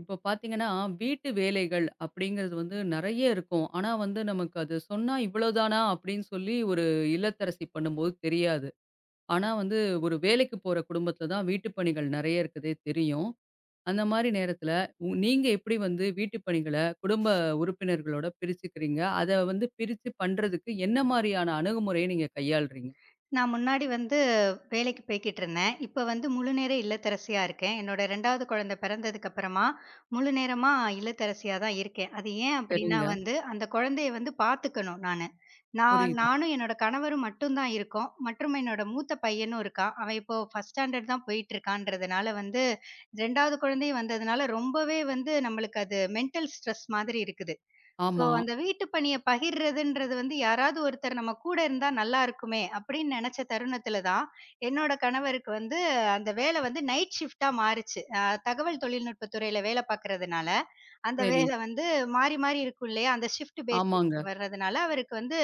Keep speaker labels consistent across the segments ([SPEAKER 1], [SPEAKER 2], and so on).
[SPEAKER 1] இப்போ பார்த்தீங்கன்னா, வீட்டு வேலைகள் அப்படிங்கிறது வந்து நெறைய இருக்கும். ஆனா வந்து நமக்கு அது சொன்னா இவ்வளோதானா அப்படின்னு சொல்லி ஒரு இல்லத்தரசி பண்ணும்போது தெரியாது. ஆனா வந்து ஒரு வேலைக்கு போற குடும்பத்தில தான் வீட்டு பணிகள் நெறைய இருக்குதே தெரியும். அந்த மாரி நேரத்தில நீங்க எப்படி வந்து வீட்டு பணிகள குடும்ப உறுப்பினர்களோட பிரிச்சுக்கிறீங்க? அத வந்து பிரிச்சு பண்றதுக்கு என்ன மாரியான அணுகுமுறைய நீங்க கையாளுறீங்க?
[SPEAKER 2] நான் முன்னாடி வந்து வேலைக்கு போய்க்கிட்டு இருந்தேன். இப்ப வந்து முழுநேர இல்லத்தரசியா இருக்கேன். என்னோட 2வது குழந்தை பிறந்ததுக்கு அப்புறமா, முழு நேரமா இல்லத்தரசியா தான் இருக்கேன். அது ஏன் அப்படின்னா
[SPEAKER 1] சரிங்க.
[SPEAKER 2] வந்து, அந்த குழந்தைய வந்து பார்த்துக்கணும் நானு. நான்
[SPEAKER 1] புரியுது.
[SPEAKER 2] நானும் என்னோட கணவரும் மட்டும் தான் இருக்கோம். மற்றும் என்னோட மூத்த பையனும் இருக்கான். அவன் இப்போ 1 ஸ்டாண்டர்ட் தான் போயிட்டுருக்கான்றதுனால வந்து, 2வது குழந்தை வந்ததுனால ரொம்பவே வந்து நம்மளுக்கு அது மென்டல் ஸ்ட்ரெஸ் மாதிரி இருக்குது. சோ,
[SPEAKER 1] ஆமா.
[SPEAKER 2] அந்த வீட்டு பணிய பகிர்றதுன்றது வந்து யாராவது ஒருத்தர் நம்ம கூட இருந்தா நல்லா இருக்குமே! அப்படின்னு நெனச்ச தருணத்துல தான், என்னோட கணவருக்கு வந்து அந்த வேல வந்து நைட் ஷிஃப்ட்டா மாறுச்சு. தகவல் தொழில்நுட்பத் துறையில வேல பாக்குறதுனால, அந்த
[SPEAKER 1] சரி.
[SPEAKER 2] வேலை வந்து மாறி, மாறி இருக்கும் இல்லையா? அந்த ஷிஃப்ட் பேசிஸ்
[SPEAKER 1] ஆமாங்க.
[SPEAKER 2] வர்றதுனால, அவருக்கு வந்து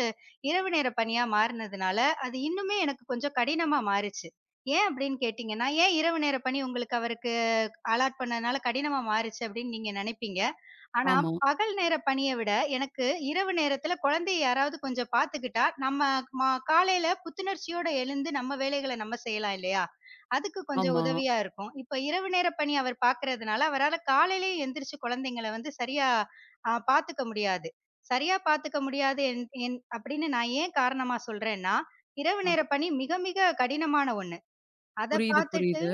[SPEAKER 2] இரவு நேர பணியா மாறுனதுனால, அது இன்னுமே எனக்கு கொஞ்சம் கடினமா மாறுச்சு. ஏன் அப்டின்னு கேட்டீங்கன்னா, ஏன் இரவு நேர பணி உங்களுக்கு அவருக்கு அலாட் பண்ணதுனால கடினமா மாறுச்சு அப்டின்னு நீங்க நெனைப்பீங்க. ஆனா,
[SPEAKER 1] ஆமா,
[SPEAKER 2] பகல் நேர பணிய விட எனக்கு இரவு நேரத்துல குழந்தைய யாராவது கொஞ்சம் பாத்துக்கிட்டா, நம்ம காலையில புத்துணர்ச்சியோட எழுந்து நம்ம வேலைகள நம்ம செய்யலாம் இல்லையா? அதுக்கு கொஞ்சம்
[SPEAKER 1] ஆமா.
[SPEAKER 2] உதவியா இருக்கும். இப்ப இரவு நேர பணி அவர் பார்க்கிறதுனால, அவரால காலையிலேயே எந்திரிச்சு குழந்தைங்கள வந்து சரியா பார்த்துக்க முடியாது. சரியா பார்த்துக்க முடியாது என் என் அப்படின்னு நான் ஏன் காரணமா சொல்றேன்னா, இரவு
[SPEAKER 1] ஆ.
[SPEAKER 2] நேர பணி மிக, மிக கடினமான ஒண்ணு. அத
[SPEAKER 1] புரியுது,
[SPEAKER 2] பார்த்துட்டு
[SPEAKER 1] புரியுது.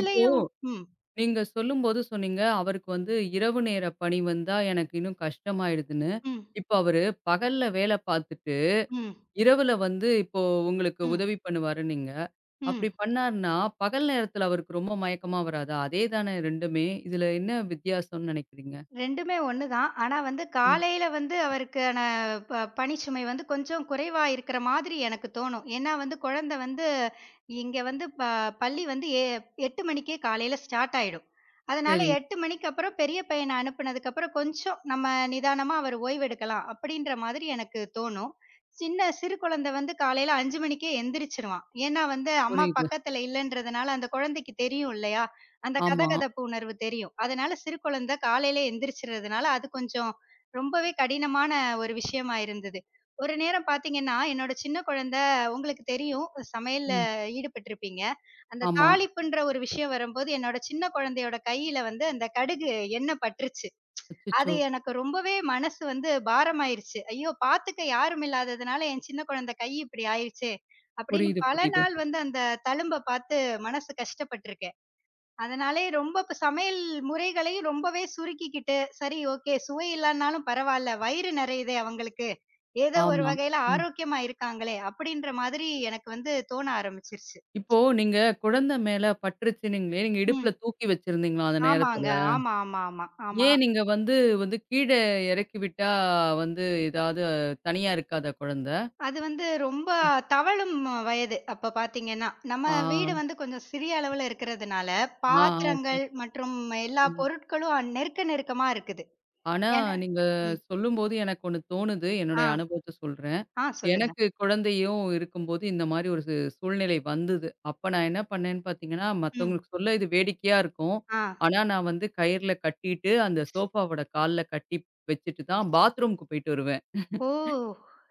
[SPEAKER 1] இப்போ
[SPEAKER 2] ம்,
[SPEAKER 1] நீங்க சொல்லும்போது சொன்னீங்க, அவருக்கு வந்து இரவு நேர பணி வந்தா எனக்கு இன்னும் கஷ்டமாயிடுதுன்னு.
[SPEAKER 2] ம்,
[SPEAKER 1] இப்போ அவரு பகல்ல வேல பார்த்துட்டு,
[SPEAKER 2] ம்,
[SPEAKER 1] இரவுல வந்து இப்போ உங்களுக்கு
[SPEAKER 2] ம்,
[SPEAKER 1] உதவி பண்ணுவாருன்னீங்க.
[SPEAKER 2] ம்.
[SPEAKER 1] அப்படி பண்ணாருன்னா, பகல் நேரத்துல அவருக்கு ரொம்ப மயக்கமா வராதா? அதே தானே 2மே. இதுல என்ன வித்தியாசம்னு நெனைக்கிறீங்க?
[SPEAKER 2] 2மே ஒண்ணு தான். ஆனா வந்து
[SPEAKER 1] ம்.
[SPEAKER 2] காலையில வந்து அவருக்கான ப பணிச்சுமை வந்து கொஞ்சம் குறைவா இருக்கிற மாதிரி எனக்கு தோணும். ஏன்னா வந்து குழந்தை வந்து இங்க வந்து பள்ளி வந்து 8 மணிக்கே காலையில ஸ்டார்ட் ஆயிடும். அதனால
[SPEAKER 1] சரி,
[SPEAKER 2] 8 மணிக்கு அப்புறம் பெரிய பையன அனுப்புனதுக்கு அப்புறம் கொஞ்சம் நம்ம நிதானமா அவர் ஓய்வெடுக்கலாம் அப்படின்ற மாதிரி எனக்கு தோணும். சின்ன சிறு குழந்தை வந்து காலையில 5 மணிக்கே எந்திரிச்சுருவான். ஏன்னா வந்து அம்மா
[SPEAKER 1] புரியுது.
[SPEAKER 2] பக்கத்துல இல்லன்றதுனால அந்த குழந்தைக்கு தெரியும் இல்லையா? அந்த
[SPEAKER 1] ஆமா.
[SPEAKER 2] கதகதப்பு உணர்வு தெரியும். அதனால சிறு குழந்தை காலையில எந்திரிச்சுறதுனால, அது கொஞ்சம் ரொம்பவே கடினமான ஒரு விஷயமா இருந்தது. ஒரு நேரம் பார்த்தீங்கன்னா, என்னோட சின்ன குழந்தை உங்களுக்கு தெரியும் சமையல்ல
[SPEAKER 1] ம்.
[SPEAKER 2] ஈடுபட்டிருப்பீங்க. அந்த
[SPEAKER 1] ஆமா.
[SPEAKER 2] தாளிப்புன்ற ஒரு விஷயம் வரும்போது, என்னோட சின்ன குழந்தையோட கையில வந்து அந்த கடுகு எண்ணெய் பட்டுருச்சு.
[SPEAKER 1] அச்சச்சோ!
[SPEAKER 2] அது எனக்கு ரொம்பவே மனசு வந்து பாரமாயிருச்சு. ஐயோ! பார்த்துக்க யாரும் இல்லாததுனால என் சின்ன குழந்தை கை இப்படி ஆயிருச்சே! அப்படின்னு
[SPEAKER 1] புரியுது,
[SPEAKER 2] பல
[SPEAKER 1] புரியுது.
[SPEAKER 2] நாள் வந்து அந்த தழும்ப பார்த்து மனசு கஷ்டப்பட்டுருக்கேன். அதனாலயே ரொம்ப இப்ப சமையல் முறைகளையும் ரொம்பவே சுருக்கிக்கிட்டு, சரி ஓகே சுவை இல்லன்னாலும் பரவால்ல, வயிறு நெறையுதே அவங்களுக்கு. ஏதோ ஒரு
[SPEAKER 1] ஆமா.
[SPEAKER 2] வகையில
[SPEAKER 1] ம்.
[SPEAKER 2] ஆரோக்கியமா இருக்காங்களே! அப்படின்ற மாதிரி எனக்கு வந்து தோண ஆரம்பிச்சுருச்சு.
[SPEAKER 1] இப்போ நீங்க குழந்தை மேல பற்றுச்சுன்னீங்களே, நீங்க இடுப்புல
[SPEAKER 2] ம்.
[SPEAKER 1] தூக்கி வச்சிருந்தீங்களா அந்த நேரத்துல?
[SPEAKER 2] ஆமாங்க. ஆமா, ஆமா, ஆமா, ஆமா.
[SPEAKER 1] ஏன் நீங்க வந்து வந்து கீழ இறக்கி விட்டா வந்து ஏதாவது தனியா இருக்காதா குழந்தை?
[SPEAKER 2] அது வந்து ரொம்ப
[SPEAKER 1] ம்.
[SPEAKER 2] தவழும் வயது. அப்ப பார்த்தீங்கன்னா, நம்ம
[SPEAKER 1] ஆ,
[SPEAKER 2] வீடு வந்து கொஞ்சம் சிறிய அளவுல இருக்கிறதுனால,
[SPEAKER 1] ஆ, ஆ. சரி.
[SPEAKER 2] பாத்திரங்கள் மற்றும் எல்லா
[SPEAKER 1] ம்.
[SPEAKER 2] பொருட்களும் நெருக்க நெருக்கமா இருக்குது.
[SPEAKER 1] ஆனா
[SPEAKER 2] ஏன்னா
[SPEAKER 1] நீங்க
[SPEAKER 2] ம்.
[SPEAKER 1] சொல்லும்போது எனக்கு ஒண்ணு தோணுது.
[SPEAKER 2] ஆ,
[SPEAKER 1] என்னுடைய அனுபவத்த சொல்றேன்.
[SPEAKER 2] ஆ சொல்லுங்க.
[SPEAKER 1] எனக்கு குழந்தையும் இருக்கும்போது இந்த மாரி ஒரு சூழ்நிலை வந்தது. அப்ப நான் என்ன பண்ணேன்னு பார்த்தீங்கன்னா,
[SPEAKER 2] ம்.
[SPEAKER 1] மத்தவங்களுக்கு சொல்ல இது வேடிக்கையா இருக்கும்.
[SPEAKER 2] ஆ.
[SPEAKER 1] ஆனா நான் வந்து கயிறுல கட்டிட்டு, அந்த சோஃபாவோட கால்ல கட்டி வச்சுட்டு தான் பாத்ரூம்க்கு போயிட்டு வருவேன்.
[SPEAKER 2] ஓ!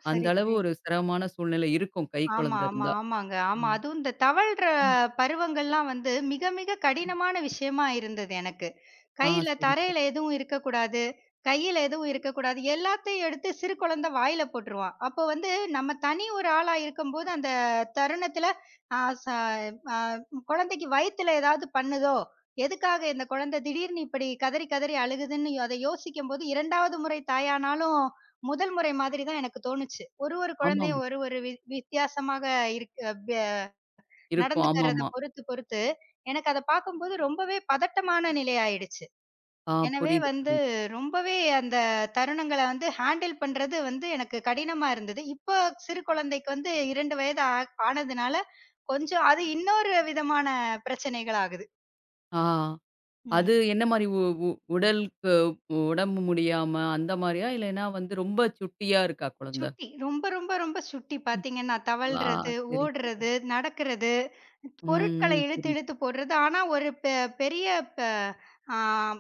[SPEAKER 1] அந்த
[SPEAKER 2] சரி,
[SPEAKER 1] அளவு
[SPEAKER 2] சரி.
[SPEAKER 1] ஒரு சிரமமான சூழ்நிலை இருக்கும் கை
[SPEAKER 2] ஆமா,
[SPEAKER 1] குழந்தை
[SPEAKER 2] ஆமா,
[SPEAKER 1] இருந்தா.
[SPEAKER 2] ஆமாங்க. ஆமா. அதுவும் இந்த தவழ்ற
[SPEAKER 1] ம்.
[SPEAKER 2] பருவங்கள்லாம் வந்து மிக, மிக கடினமான விஷயமா இருந்தது எனக்கு.
[SPEAKER 1] ஆ,
[SPEAKER 2] கையில
[SPEAKER 1] சரி,
[SPEAKER 2] தரையில
[SPEAKER 1] சரி.
[SPEAKER 2] எதுவும் இருக்கக்கூடாது. கையில எதுவும் இருக்கக்கூடாது. எல்லாத்தையும் எடுத்து சிறு குழந்தை வாயில போட்டுருவான். அப்போ வந்து நம்ம தனி ஒரு ஆளா இருக்கும்போது அந்த தருணத்தில அ ச அ குழந்தைக்கு வயித்துல ஏதாவது பண்ணுதோ! எதுக்காக இந்த குழந்தை திடீர்னு இப்படி கதறி, கதறி அழுகுதுன்னு அத யோசிக்கும்போது 2வது முறை தாயானாலும் முதல் முறை மாதிரி தான் எனக்கு தோணுச்சு. ஒரு ஒரு
[SPEAKER 1] ஆமாமா.
[SPEAKER 2] குழந்தையும் ஒரு ஒரு வித்தியாசமாக இருக் அ ப
[SPEAKER 1] இருக்கும்.
[SPEAKER 2] நடந்துக்கிறத
[SPEAKER 1] ஆமாமா.
[SPEAKER 2] பொறுத்து, பொறுத்து எனக்கு அத பார்க்கும்போது ரொம்பவே பதட்டமான நிலை ஆயிடுச்சு.
[SPEAKER 1] ஆ
[SPEAKER 2] எனவே
[SPEAKER 1] புரியுது,
[SPEAKER 2] வந்து
[SPEAKER 1] புரியுது.
[SPEAKER 2] ரொம்பவே அந்த தருணங்கள வந்து ஹேண்டில் பண்றது வந்து எனக்கு கடினமா இருந்தது. இப்போ சிறு குழந்தைக்கு வந்து 2 வயது ஆனதுனால கொஞ்சம் அது இன்னொரு விதமான பிரச்சனைகள் ஆகுது.
[SPEAKER 1] ஆ அது
[SPEAKER 2] ம்.
[SPEAKER 1] என்ன மாரி உ உ உடலுக்கு உடம்பு முடியாம அந்த மாரியா? இல்லைன்னா வந்து ரொம்ப சுட்டியா இருக்கா குழந்தை?
[SPEAKER 2] சுட்டி. ரொம்ப, ரொம்ப, ரொம்ப சுட்டி பார்த்தீங்கன்னா,
[SPEAKER 1] ஆ
[SPEAKER 2] தவழ்றது,
[SPEAKER 1] சரி, சரி.
[SPEAKER 2] ஓடுறது, நடக்கிறது.
[SPEAKER 1] ம்,
[SPEAKER 2] பொருட்கள
[SPEAKER 1] ம்.
[SPEAKER 2] இழுத்து
[SPEAKER 1] புரியுது.
[SPEAKER 2] இழுத்து போடுறது. ஆனா ஒரு பெரிய ப ஆ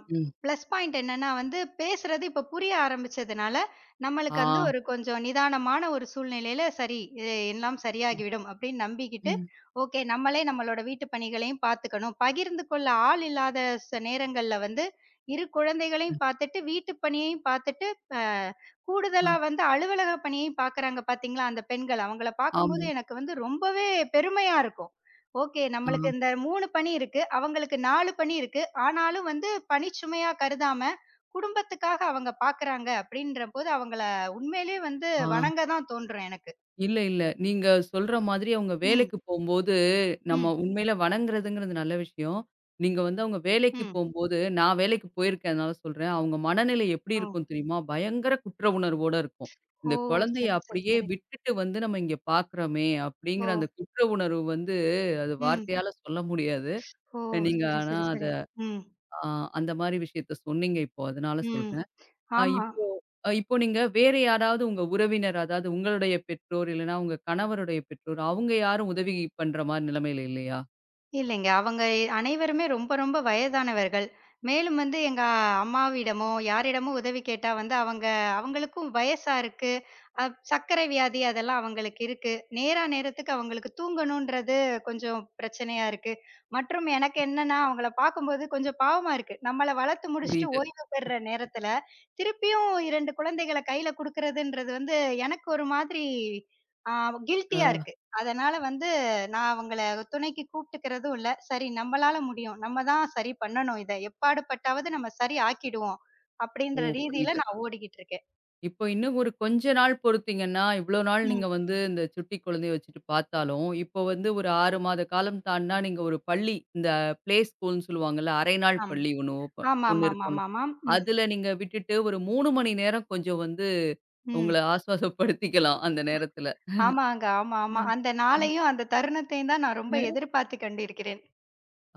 [SPEAKER 1] ம்.
[SPEAKER 2] ப்ளஸ் பாயிண்ட் என்னன்னா வந்து பேசுறது இப்ப புரிய ஆரம்பிச்சதுனால, நம்மளுக்கு
[SPEAKER 1] ஆ.
[SPEAKER 2] வந்து ஒரு கொஞ்சம் நிதானமான ஒரு சூழ்நிலையில சரி, இது எல்லாம் சரியாகிவிடும் அப்படின்னு நம்பிக்கிட்டு,
[SPEAKER 1] ம்.
[SPEAKER 2] ஓகே நம்மளே நம்மளோட வீட்டு பணிகளையும் பார்த்துக்கணும். பகிர்ந்து கொள்ள ஆள் இல்லாத நேரங்கள்ல வந்து, இரு குழந்தைகளையும் பார்த்துட்டு, வீட்டு பணியையும் பார்த்துட்டு, ப
[SPEAKER 1] அ.
[SPEAKER 2] கூடுதலா வந்து அலுவலக பணியையும் பார்க்குறாங்க பார்த்தீங்களா, அந்த பெண்கள். அவங்கள பார்க்கும்போது
[SPEAKER 1] ஆமா.
[SPEAKER 2] எனக்கு வந்து ரொம்பவே பெருமையா இருக்கும். ஓகே.
[SPEAKER 1] ஆ,
[SPEAKER 2] நம்மளுக்கு இந்த 3 பணி இருக்கு. அவங்களுக்கு 4 பணி இருக்கு. ஆனாலும் வந்து பணிச்சுமையா கருதாம, குடும்பத்துக்காக அவங்க பாக்குறாங்க அப்படின்றபோது, அவங்கள உண்மையிலேயே வந்து
[SPEAKER 1] ஆ.
[SPEAKER 2] வணங்க தான் தோன்றும் எனக்கு.
[SPEAKER 1] இல்ல, இல்ல. நீங்க சொல்ற மாதிரி அவங்க
[SPEAKER 2] ம்,
[SPEAKER 1] வேலைக்கு போம்போது, நம்ம
[SPEAKER 2] ம்,
[SPEAKER 1] உண்மையில வணங்குறதுங்கிறது நல்ல விஷயம். நீங்க வந்து அவங்க வேலைக்கு
[SPEAKER 2] ம்.
[SPEAKER 1] போம்போது, நான் வேலைக்கு போயிருக்கேன் அதனால சொல்றேன். அவங்க மனநிலை எப்படி
[SPEAKER 2] ஓ!
[SPEAKER 1] இருக்கும் தெரியுமா? பயங்கர குற்ற உணர்வோட இருக்கும்.
[SPEAKER 2] ஓ!
[SPEAKER 1] இந்த குழந்தைய
[SPEAKER 2] சரி, சரி,
[SPEAKER 1] அப்படியே
[SPEAKER 2] சரி.
[SPEAKER 1] விட்டுட்டு வந்து நம்ம இங்க பார்க்குறோமே,
[SPEAKER 2] ஓ!
[SPEAKER 1] அப்படிங்கிற அந்த குற்ற உணர்வு வந்து அது
[SPEAKER 2] ம்.
[SPEAKER 1] வார்த்தையால சொல்ல முடியாது.
[SPEAKER 2] ஓ!
[SPEAKER 1] நீங்க
[SPEAKER 2] சரி,
[SPEAKER 1] ஆனா
[SPEAKER 2] சரி,
[SPEAKER 1] அத
[SPEAKER 2] சரி. ம்,
[SPEAKER 1] அ அந்த மாரி விஷயத்த சொன்னீங்க இப்போ. அதனால
[SPEAKER 2] ம்.
[SPEAKER 1] சொல்றேன்.
[SPEAKER 2] ஆமா.
[SPEAKER 1] இப்போ இப்போ நீங்க வேற யாராவது உங்க உறவினர், அதாவது உங்களுடைய பெற்றோர் இல்லன்னா உங்க கணவருடைய பெற்றோர், அவங்க யாரும் உதவி பண்ற மாரி நிலைமையில இல்லையா?
[SPEAKER 2] இல்லைங்க. அவங்க அனைவருமே ரொம்ப, ரொம்ப வயதானவர்கள். மேலும் வந்து எங்க அம்மாவிடமோ, யாரிடமோ உதவி கேட்டா வந்து அவங்க அவங்களுக்கும் வயசா இருக்கு. அ சர்க்கரை வியாதி அதெல்லாம் அவங்களுக்கு இருக்கு. நேரா நேரத்துக்கு அவங்களுக்கு தூங்கணுன்றது கொஞ்சம் பிரச்சனையா இருக்கு. மற்றும் எனக்கு என்னன்னா, அவங்கள பார்க்கும்போது கொஞ்சம் பாவமா இருக்கு. நம்மள வளர்த்து முடிச்சுட்டு
[SPEAKER 1] புரியுது.
[SPEAKER 2] ஓய்வு பெற நேரத்துல, திருப்பியும் 2 குழந்தைகள கையில குடுக்குறதுன்றது வந்து எனக்கு ஒரு மாதிரி ஆ கில்ட்டியா
[SPEAKER 1] ஆ.
[SPEAKER 2] இருக்கு. அதனால வந்து நான் அவங்கள துணைக்கு கூப்பிட்டுக்கிறதும் இல்ல. சரி நம்மளால முடியும். நம்ம தான் சரி பண்ணணும் இத. எப்பாடுபட்டாவது நம்ம சரி ஆக்கிடுவோம்.
[SPEAKER 1] ஓ!
[SPEAKER 2] அப்படின்ற ரீதியில
[SPEAKER 1] புரியுது.
[SPEAKER 2] நான் ஓடிக்கிட்டு இருக்கேன்.
[SPEAKER 1] இப்போ இன்னும் ஒரு கொஞ்ச நாள் பொறுத்தீங்கன்னா, இவ்ளோ நாள்
[SPEAKER 2] ம்.
[SPEAKER 1] நீங்க வந்து இந்த சுட்டி குழந்தைய வச்சுட்டு பார்த்தாலும், இப்போ வந்து ஒரு 6 மாத காலம் தாண்டுனா நீங்க ஒரு பள்ளி, இந்த பிளே ஸ்கூல்ன்னு சொல்லுவாங்கல்ல, அரை நாள்
[SPEAKER 2] ஆமா.
[SPEAKER 1] பள்ளி ஒண்ணு இருக்கும்ல.
[SPEAKER 2] ஆமாமாமாமாமாம். ம்,
[SPEAKER 1] அதுல நீங்க விட்டுட்டு ஒரு 3 மணி நேரம் கொஞ்சம் வந்து
[SPEAKER 2] ம்.
[SPEAKER 1] உங்கள ஆஸ்வாசப்படுத்திக்கலாம் அந்த நேரத்துல.
[SPEAKER 2] ஆமாங்க. ஆமா,
[SPEAKER 1] அ,
[SPEAKER 2] ஆமா. அந்த நாளையும், அந்த தருணத்தையும் தான் நான் ரொம்ப
[SPEAKER 1] அ.
[SPEAKER 2] எதிர்பார்த்து கண்டிருக்கிறேன்.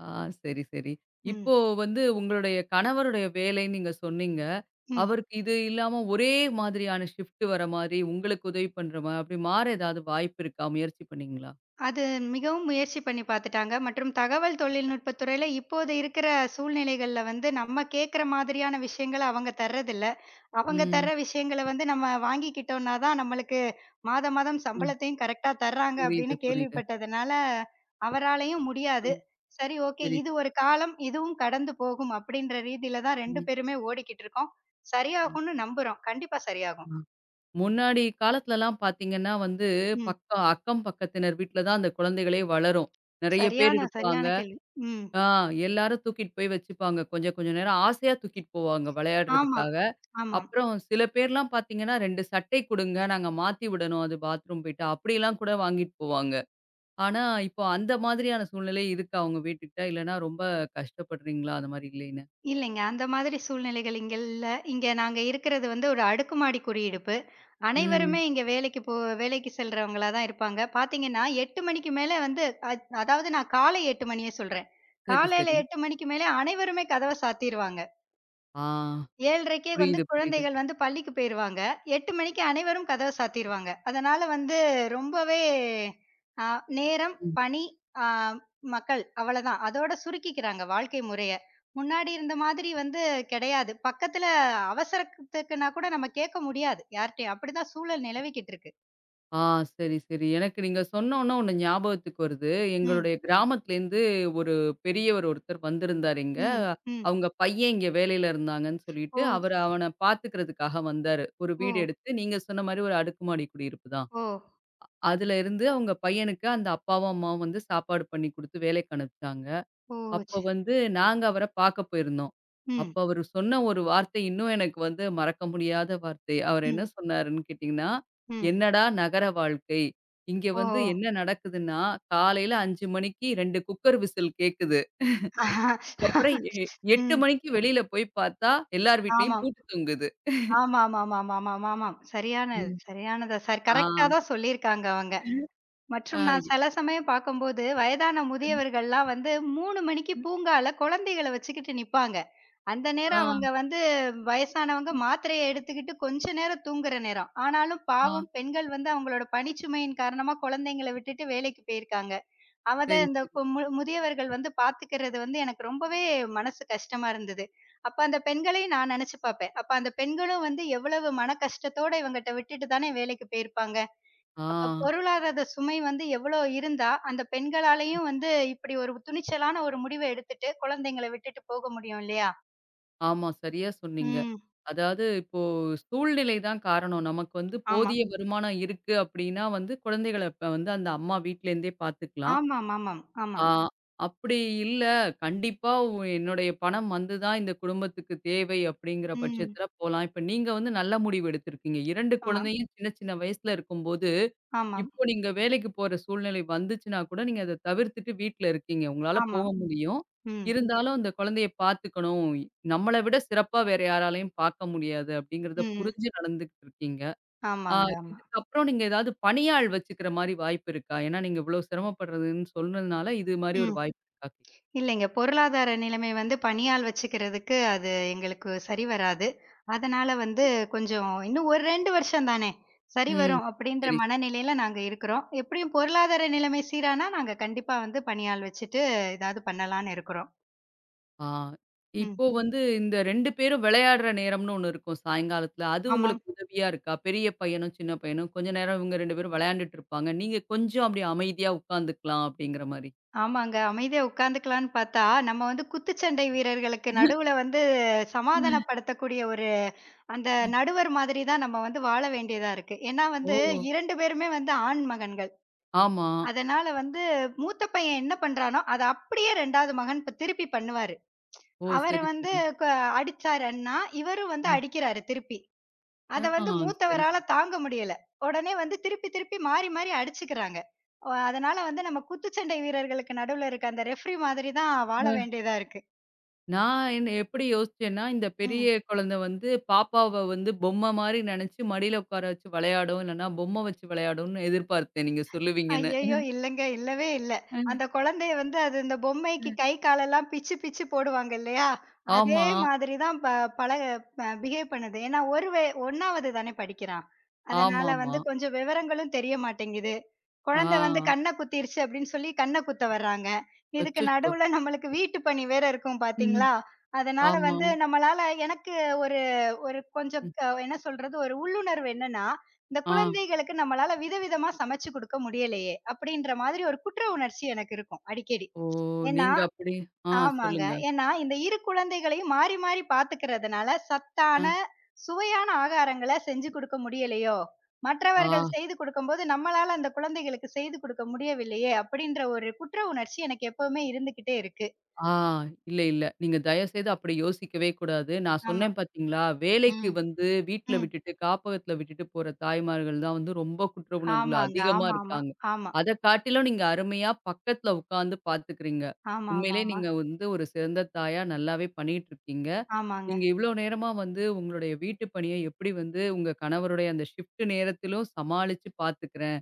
[SPEAKER 1] ஆ சரி, சரி.
[SPEAKER 2] ம்,
[SPEAKER 1] இப்போ வந்து உங்களுடைய கணவருடைய வேலைன்னு நீங்க சொன்னீங்க.
[SPEAKER 2] ம்.
[SPEAKER 1] அவருக்கு இது இல்லாம ஒரே மாதிரியான ஷிஃப்ட் வர மாரி, உங்களுக்கு உதவி பண்ற மாரி அப்படி மாற ஏதாவது வாய்ப்பு இருக்கா? முயற்சி பண்ணீங்களா?
[SPEAKER 2] அது மிகவும் முயற்சி பண்ணி பார்த்துட்டாங்க. மற்றும் தகவல் தொழில்நுட்பத் துறையில இப்போது இருக்கிற சூழ்நிலைகள்ல வந்து நம்ம கேட்கிற மாதிரியான விஷயங்கள அவங்க தர்றதில்ல. அவங்க
[SPEAKER 1] ம்.
[SPEAKER 2] தர்ற விஷயங்கள வந்து நம்ம வாங்கிக்கிட்டோம்னா தான் நம்மளுக்கு மாதம் மாதம்
[SPEAKER 1] அ.
[SPEAKER 2] சம்பளத்தையும் கரெக்ட்டா தர்றாங்க
[SPEAKER 1] புரியுது,
[SPEAKER 2] அப்படின்னு
[SPEAKER 1] புரியுது.
[SPEAKER 2] கேள்விப்பட்டதுனால, அவராலயும்
[SPEAKER 1] ஆ
[SPEAKER 2] முடியாது. சரி ஓகே
[SPEAKER 1] சரி.
[SPEAKER 2] இது ஒரு காலம், இதுவும் கடந்து போகும் அப்படின்ற ரீதியில தான் 2
[SPEAKER 1] ம்.
[SPEAKER 2] பேருமே ஓடிக்கிட்டு இருக்கோம்.
[SPEAKER 1] ஆ,
[SPEAKER 2] சரியாகும்னு நம்புறோம். கண்டிப்பா சரியாகும்.
[SPEAKER 1] ஆ. முன்னாடி காலத்துலலாம் பார்த்தீங்கன்னா வந்து,
[SPEAKER 2] ம்.
[SPEAKER 1] அக்கம் பக்கத்தினர் வீட்ல தான் அந்த குழந்தைகளே வளரும். நெறைய பேர்
[SPEAKER 2] சரியான சரியான
[SPEAKER 1] இருப்பாங்க.
[SPEAKER 2] கேள்வி. ம்.
[SPEAKER 1] ஆ எல்லாரும் தூக்கிட்டு போய் வச்சுப்பாங்க. கொஞ்சம் கொஞ்சம் நேரம் ஆசையா தூக்கிட்டு போவாங்க
[SPEAKER 2] ஆமா,
[SPEAKER 1] விளையாடுறதுக்காக.
[SPEAKER 2] ஆமா.
[SPEAKER 1] அப்புறம் சில பேர்லாம் பார்த்தீங்கன்னா, 2 சட்டை குடுங்க. நாங்க மாத்தி விடணும். அது பாத்ரூம் போயிட்டா. அப்படிலாம் கூட வாங்கிட்டு போவாங்க. ஆனா, இப்போ அந்த மாதிரியான சூழ்நிலை இருக்கா உங்க வீட்டுக்கிட்ட? இல்லன்னா ரொம்ப கஷ்டப்படுறீங்களா? அந்த மாரி இல்லைன்னு.
[SPEAKER 2] இல்லைங்க. அந்த மாதிரி சூழ்நிலைகள் இங்க இல்ல. இங்க நாங்க இருக்கிறது வந்து ஒரு அடுக்குமாடி குடியிருப்பு.
[SPEAKER 1] ம்.
[SPEAKER 2] அனைவருமே இங்க வேலைக்கு செல்றவங்களா தான் இருப்பாங்க. பாத்தீங்கன்னா, 8 மணிக்கு மேல வந்து அதாவது நான் காலை 8 மணிய சொல்றேன்.
[SPEAKER 1] சரி, சரி.
[SPEAKER 2] காலையில 8 மணிக்கு மேல அனைவருமே கதவ சாத்திருவாங்க.
[SPEAKER 1] ஆ.
[SPEAKER 2] 7:30க்கே வந்து
[SPEAKER 1] புரியுது, புரியுது.
[SPEAKER 2] குழந்தைகள் வந்து பள்ளிக்கு போயிருவாங்க. 8 மணிக்கு அனைவரும் கதவ சாத்திருவாங்க. அதனால வந்து ரொம்பவே அ நேரம், பணி, அ மக்கள் அவ்வளதான். அதோட சுருக்கிக்கிறாங்க வாழ்க்கை முறைய. முன்னாடி இருந்த மாதிரி வந்து கிடையாது. பக்கத்துல அவசரத்துக்குன்னா கூட நம்ம கேட்க முடியாது யார்ட்டயும். அப்படிதான் சூழல் நிலவிக்கிட்டு இருக்கு.
[SPEAKER 1] ஆ சரி, சரி. எனக்கு நீங்க சொன்னோனே ஒண்ணு ஞாபகத்துக்கு வருது.
[SPEAKER 2] ம்,
[SPEAKER 1] எங்களுடைய கிராமத்துலேருந்து ஒரு பெரியவர் ஒருத்தர் வந்திருந்தாரு இங்க.
[SPEAKER 2] ம், ம்.
[SPEAKER 1] அவங்க பையன் இங்க வேலையில இருந்தாங்கன்னு
[SPEAKER 2] ஓ!
[SPEAKER 1] சொல்லிட்டு, அவரு
[SPEAKER 2] ச
[SPEAKER 1] அவன பார்த்துக்கிறதுக்காக வந்தாரு. ஒரு
[SPEAKER 2] ஓ!
[SPEAKER 1] வீடு எடுத்து நீங்க சொன்ன மாரி ஒரு அடுக்குமாடி குடியிருப்பு தான்.
[SPEAKER 2] ஓ!
[SPEAKER 1] அதுல இருந்து அவங்க பையனுக்கு அந்த அப்பாவும், அம்மாவும் வந்து சாப்பாடு பண்ணி குடுத்து வேலைக்கு அனுப்பிச்சாங்க.
[SPEAKER 2] ஓ!
[SPEAKER 1] அப்போ
[SPEAKER 2] ச
[SPEAKER 1] வந்து நாங்க அவர பாக்க போயிருந்தோம்.
[SPEAKER 2] ம்,
[SPEAKER 1] அப்ப அவரு சொன்ன ஒரு வார்த்தை இன்னும் எனக்கு வந்து மறக்க முடியாத வார்த்தை. அவரு என்ன
[SPEAKER 2] ம்,
[SPEAKER 1] சொன்னாருன்னு கேட்டீங்கன்னா,
[SPEAKER 2] ம்.
[SPEAKER 1] "என்னடா நகர வாழ்க்கை! இங்க
[SPEAKER 2] ஓ!
[SPEAKER 1] வந்து என்ன நடக்குதுன்னா, காலையில 5 மணிக்கு 2 குக்கர் விசில் கேக்குது. அப்புறம் எ 8
[SPEAKER 2] ம்.
[SPEAKER 1] மணிக்கு வெளியில போய் பார்த்தா, எல்லார் வீட்லயும்
[SPEAKER 2] ஆமாம்.
[SPEAKER 1] பூட்டு தொங்குது."
[SPEAKER 2] ஆமாமாமாமாமாமாமாம். சரியானது
[SPEAKER 1] ம்.
[SPEAKER 2] சரியானது. சரி
[SPEAKER 1] ஆ,
[SPEAKER 2] கரெக்ட்டா தான் சொல்லியிருக்காங்க அவங்க. மற்றும்
[SPEAKER 1] ஆ,
[SPEAKER 2] நான் சில சமயம் பார்க்கும்போது, வயதான முதியவர்கள்லாம் வந்து 3 மணிக்கு பூங்கால குழந்தைகள வச்சுக்கிட்டு நிப்பாங்க. அந்த
[SPEAKER 1] ஆ,
[SPEAKER 2] நேரம் அவங்க வந்து வயசானவங்க மாத்திரைய எடுத்துக்கிட்டு கொஞ்ச நேரம் தூங்குற நேரம். ஆனாலும்
[SPEAKER 1] ஆ,
[SPEAKER 2] பாவம் பெண்கள் வந்து அவங்களோட பணிச்சுமையின் காரணமா குழந்தைங்கள விட்டுட்டு வேலைக்கு போயிருக்காங்க. அவ தான்
[SPEAKER 1] சரி,
[SPEAKER 2] இந்த
[SPEAKER 1] சரி.
[SPEAKER 2] கு மு முதியவர்கள் வந்து பார்த்துக்கிறது வந்து எனக்கு ரொம்பவே மனசு கஷ்டமா இருந்தது. அப்ப அந்த பெண்களையும் நான் நெனச்சு பார்ப்பேன். அப்ப அந்த பெண்களும் வந்து எவ்வளவு மன கஷ்டத்தோட இவங்கட்ட விட்டுட்டு தானே வேலைக்கு போயிருப்பாங்க.
[SPEAKER 1] ஆ,
[SPEAKER 2] அப்ப பொருளாதார சுமை வந்து எவ்வளோ இருந்தா, அந்த பெண்களாலயும் வந்து இப்படி ஒரு துணிச்சலான ஒரு முடிவ எடுத்துட்டு குழந்தைங்கள விட்டுட்டு போக முடியும் இல்லையா?
[SPEAKER 1] ஆமா. சரியா சொன்னீங்க.
[SPEAKER 2] ம்.
[SPEAKER 1] அதாவது இப்போ சூழ்நிலை தான் காரணம். நமக்கு வந்து
[SPEAKER 2] ஆமாம்.
[SPEAKER 1] போதிய வருமானம் இருக்கு அப்டின்னா வந்து குழந்தைகள இப்ப வந்து அந்த அம்மா வீட்லேருந்தே பார்த்துக்கலாம்.
[SPEAKER 2] ஆமாம், ஆமாம்,
[SPEAKER 1] ஆ
[SPEAKER 2] ஆமாம்.
[SPEAKER 1] அப்டி இல்ல கண்டிப்பா என்னுடைய பணம் வந்து தான் இந்த குடும்பத்துக்கு தேவை அப்டிங்கிற
[SPEAKER 2] ம்.
[SPEAKER 1] பட்சத்தில போலாம். இப்ப நீங்க வந்து நல்ல முடிவு எடுத்திருக்கீங்க. 2
[SPEAKER 2] ஆமா,
[SPEAKER 1] குழந்தையும் சின்ன சின்ன வயசுல இருக்கும்போது
[SPEAKER 2] ஆமாம்,
[SPEAKER 1] இப்போ நீங்க வேலைக்கு போற சூழ்நிலை வந்துச்சுன்னா கூட, நீங்க அத தவிர்த்துட்டு வீட்ல இருக்கீங்க. உங்களால போக
[SPEAKER 2] ஆமாம்.
[SPEAKER 1] முடியும்.
[SPEAKER 2] ம்.
[SPEAKER 1] இருந்தாலும் அந்த குழந்தைய பார்த்துக்கணும். நம்மள விட சிறப்பா வேற யாராலயும் பார்க்க முடியாது அப்படிங்கிறத
[SPEAKER 2] ம்.
[SPEAKER 1] புரிஞ்சு நடந்துகிட்டு இருக்கீங்க. ஆ
[SPEAKER 2] ஆமாங்க. ஆமா.
[SPEAKER 1] இதுக்கப்புறம் நீங்க ஏதாவது பணியாள் வச்சுக்கிற மாரி வாய்ப்பு இருக்கா? ஏன்னா நீங்க இவ்வளோ சிரமப்படுறதுன்னு சொன்னதுனால, இது மாரி ஒரு
[SPEAKER 2] ம்.
[SPEAKER 1] வாய்ப்பு இருக்கா?
[SPEAKER 2] இல்லைங்க. பொருளாதார நிலைமை வந்து பணியாள் வச்சுக்கிறதுக்கு அது எங்களுக்கு சரி வராது. அதனால வந்து கொஞ்சம் இன்னும் ஒரு 2 வருஷம் தானே! சரி
[SPEAKER 1] ம்.
[SPEAKER 2] வரும் அப்பிடின்ற
[SPEAKER 1] சரி. சரி
[SPEAKER 2] மனநிலையில நாங்க இருக்கிறோம். எப்படியும் பொருளாதார நிலைமை சீரானா, நாங்க கண்டிப்பா வந்து பணியாள் வச்சுட்டு ஏதாவது பண்ணலான்னு இருக்கிறோம்.
[SPEAKER 1] ஆ.
[SPEAKER 2] ம்.
[SPEAKER 1] இப்போ வந்து இந்த 2 பேரும் விளையாடுற நேரம்னு ஒண்ணு இருக்கும் சாயங்காலத்துல. அது
[SPEAKER 2] ஆமாம்.
[SPEAKER 1] உங்களுக்கு உதவியா இருக்கா? பெரிய பையனும், சின்ன பையனும் கொஞ்ச நேரம் இவங்க 2 பேரும் விளையாண்டுட்டு இருப்பாங்க. நீங்க கொஞ்சம் அப்படி அமைதியா உட்காந்துக்கலாம் அப்படிங்கிற மாரி.
[SPEAKER 2] ஆமாங்க. அமைதியா உட்காந்துக்கலான்னு பார்த்தா, நம்ம வந்து குத்துச்சண்டை வீரர்களுக்கு நடுவுல வந்து சமாதானப்படுத்தக்கூடிய ஒரு அந்த நடுவர் மாதிரி தான் நம்ம வந்து வாழ வேண்டியதா இருக்கு. ஏன்னா வந்து
[SPEAKER 1] ஓ!
[SPEAKER 2] 2 பேருமே வந்து ஆண் மகன்கள்.
[SPEAKER 1] ஆமா.
[SPEAKER 2] அதனால வந்து மூத்த பையன் என்ன பண்றானோ, அத அப்படியே 2வது மகன் இப்ப திருப்பி பண்ணுவாரு.
[SPEAKER 1] ஓ!
[SPEAKER 2] அவரு
[SPEAKER 1] சரி,
[SPEAKER 2] வந்து
[SPEAKER 1] சரி.
[SPEAKER 2] க அடிச்சாருன்னா, இவரும் வந்து
[SPEAKER 1] ம்.
[SPEAKER 2] அடிக்கிறாரு திருப்பி.
[SPEAKER 1] ஆ
[SPEAKER 2] அத வந்து
[SPEAKER 1] சரி,
[SPEAKER 2] மூத்தவரால
[SPEAKER 1] சரி.
[SPEAKER 2] தாங்க முடியல. உடனே வந்து திருப்பி திருப்பி மாறி மாறி அடிச்சுக்கிறாங்க. அதனால வந்து நம்ம குத்துச்சண்டை வீரர்களுக்கு நடுவுல இருக்க அந்த ரெஃப்ரி மாதிரி தான் வாழ
[SPEAKER 1] அ.
[SPEAKER 2] வேண்டியதா இருக்கு.
[SPEAKER 1] நான் என்ன எப்படி யோசிச்சேன்னா, இந்த பெரிய
[SPEAKER 2] ம்.
[SPEAKER 1] குழந்தை வந்து பாப்பாவ வந்து பொம்மை மாரி நெனச்சு மடியில உட்கார வச்சு விளையாடும். இல்லன்னா பொம்மை வச்சு விளையாடும்னு எதிர்பார்த்தேன் நீங்க சொல்லுவீங்கன்னு.
[SPEAKER 2] ஐயய்யோ! இல்லங்க. இல்லவே இல்ல.
[SPEAKER 1] அ,
[SPEAKER 2] அந்த குழந்தைய வந்து அது இந்த
[SPEAKER 1] அ.
[SPEAKER 2] பொம்மைக்கு கை காலெல்லாம் பிச்சு பிச்சு போடுவாங்க இல்லையா? அதே
[SPEAKER 1] ஆமா.
[SPEAKER 2] மாதிரி தான் ப பழக அ பிஹேவ் பண்ணுது. ஏன்னா ஒரு வே 1வது தானே படிக்கிறான். அதனால
[SPEAKER 1] ஆமாமா.
[SPEAKER 2] வந்து கொஞ்சம் விவரங்களும் தெரிய மாட்டேங்குது. குழந்தை வந்து
[SPEAKER 1] ஆ.
[SPEAKER 2] கண்ண குத்திருச்சு அப்படின்னு சொல்லி கண்ண குத்த வர்றாங்க. இதுக்கு
[SPEAKER 1] அச்சச்சோ!
[SPEAKER 2] நடுவுல நம்மளுக்கு வீட்டு பணி வேற இருக்கும்
[SPEAKER 1] ம்.
[SPEAKER 2] பார்த்தீங்களா? அதனால
[SPEAKER 1] ஆமா.
[SPEAKER 2] வந்து நம்மளால எனக்கு ஒரு ஒரு கொஞ்சம்
[SPEAKER 1] ம்.
[SPEAKER 2] என்ன சொல்றது? ஒரு உள்ளுணர்வு என்னன்னா, இந்த
[SPEAKER 1] ஆ.
[SPEAKER 2] குழந்தைகளுக்கு நம்மளால விதவிதமா சமைச்சு குடுக்க முடியலையே! அப்படின்ற மாதிரி ஒரு குற்ற உணர்ச்சி எனக்கு இருக்கும் அடிக்கடி.
[SPEAKER 1] ஓ!
[SPEAKER 2] ஏன்னா
[SPEAKER 1] நீங்க அப்படி ஆ
[SPEAKER 2] ஆமாங்க.
[SPEAKER 1] சொல்லுங்க.
[SPEAKER 2] ஏன்னா இந்த 2 குழந்தைகளையும் மாறி, மாறி பார்த்துக்கிறதுனால,
[SPEAKER 1] அ.
[SPEAKER 2] சத்தான, சுவையான ஆகாரங்கள செஞ்சு குடுக்க முடியலையோ!
[SPEAKER 1] ஆ.
[SPEAKER 2] மற்றவர்கள் செய்து குடுக்கும்போது, நம்மளால அந்த குழந்தைகளுக்கு செய்து குடுக்க முடியவில்லையே! அப்படின்ற ஒரு குற்ற உணர்ச்சி எனக்கு எப்பவுமே இருந்துகிட்டே இருக்கு.
[SPEAKER 1] ஆ, இல்ல, இல்ல. நீங்க தயவுசெய்து அப்படி யோசிக்கவே கூடாது. நான்
[SPEAKER 2] ஆமா.
[SPEAKER 1] சொன்னேன் பார்த்தீங்களா, வேலைக்கு
[SPEAKER 2] ம்.
[SPEAKER 1] வந்து வீட்ல
[SPEAKER 2] ம்.
[SPEAKER 1] விட்டுட்டு, காப்பகத்தில விட்டுட்டு போற தாய்மார்கள் தான் வந்து ரொம்ப குற்ற உணர்வுல
[SPEAKER 2] ஆமாங்க.
[SPEAKER 1] அதிகமா
[SPEAKER 2] ஆமாமா.
[SPEAKER 1] இருக்காங்க.
[SPEAKER 2] ஆமா.
[SPEAKER 1] அத காட்டிலும் நீங்க அருமையா பக்கத்தில உட்காந்து பார்த்துக்கிறீங்க. உண்மையிலேயே
[SPEAKER 2] ஆமாமாமா.
[SPEAKER 1] நீங்க வந்து ஒரு சிறந்த தாயா நல்லாவே பண்ணிட்டு இருக்கீங்க.
[SPEAKER 2] ஆமாங்க.
[SPEAKER 1] நீங்க இவ்வளோ நேரமா வந்து உங்களுடைய வீட்டு பணிய எப்படி வந்து உங்க கணவருடைய அந்த ஷிஃப்ட் நேரத்திலும் சமாளிச்சு பார்த்துக்கிறேன்.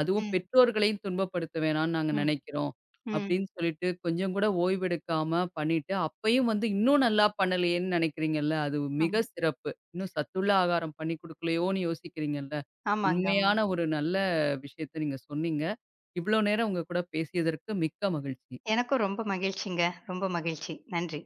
[SPEAKER 1] அதுவும்
[SPEAKER 2] ம்.
[SPEAKER 1] பெற்றோர்களையும் துன்பப்படுத்த வேணாம்னு நாங்க
[SPEAKER 2] ம்.
[SPEAKER 1] நினைக்கிறோம்.
[SPEAKER 2] ம்.
[SPEAKER 1] அப்படின்னு சொல்லிட்டு கொஞ்சம் கூட ஓய்வெடுக்காம பண்ணிட்டு, அப்பயும் வந்து இன்னும் நல்லா பண்ணலையேன்னு நினைக்கிறீங்கல்ல, அது மிக
[SPEAKER 2] ஆமா.
[SPEAKER 1] சிறப்பு. இன்னும் சத்துள்ள ஆகாரம் பண்ணி குடுக்கலையோன்னு யோசிக்கிறீங்கல்ல.
[SPEAKER 2] ஆமாங்க. ஆமா.
[SPEAKER 1] உண்மையான ஒரு நல்ல விஷயத்த நீங்க சொன்னீங்க. இவ்வளோ நேரம் உங்க கூட பேசியதற்கு மிக்க மகிழ்ச்சி.
[SPEAKER 2] எனக்கும் ரொம்ப மகிழ்ச்சிங்க. ரொம்ப மகிழ்ச்சி. நன்றி.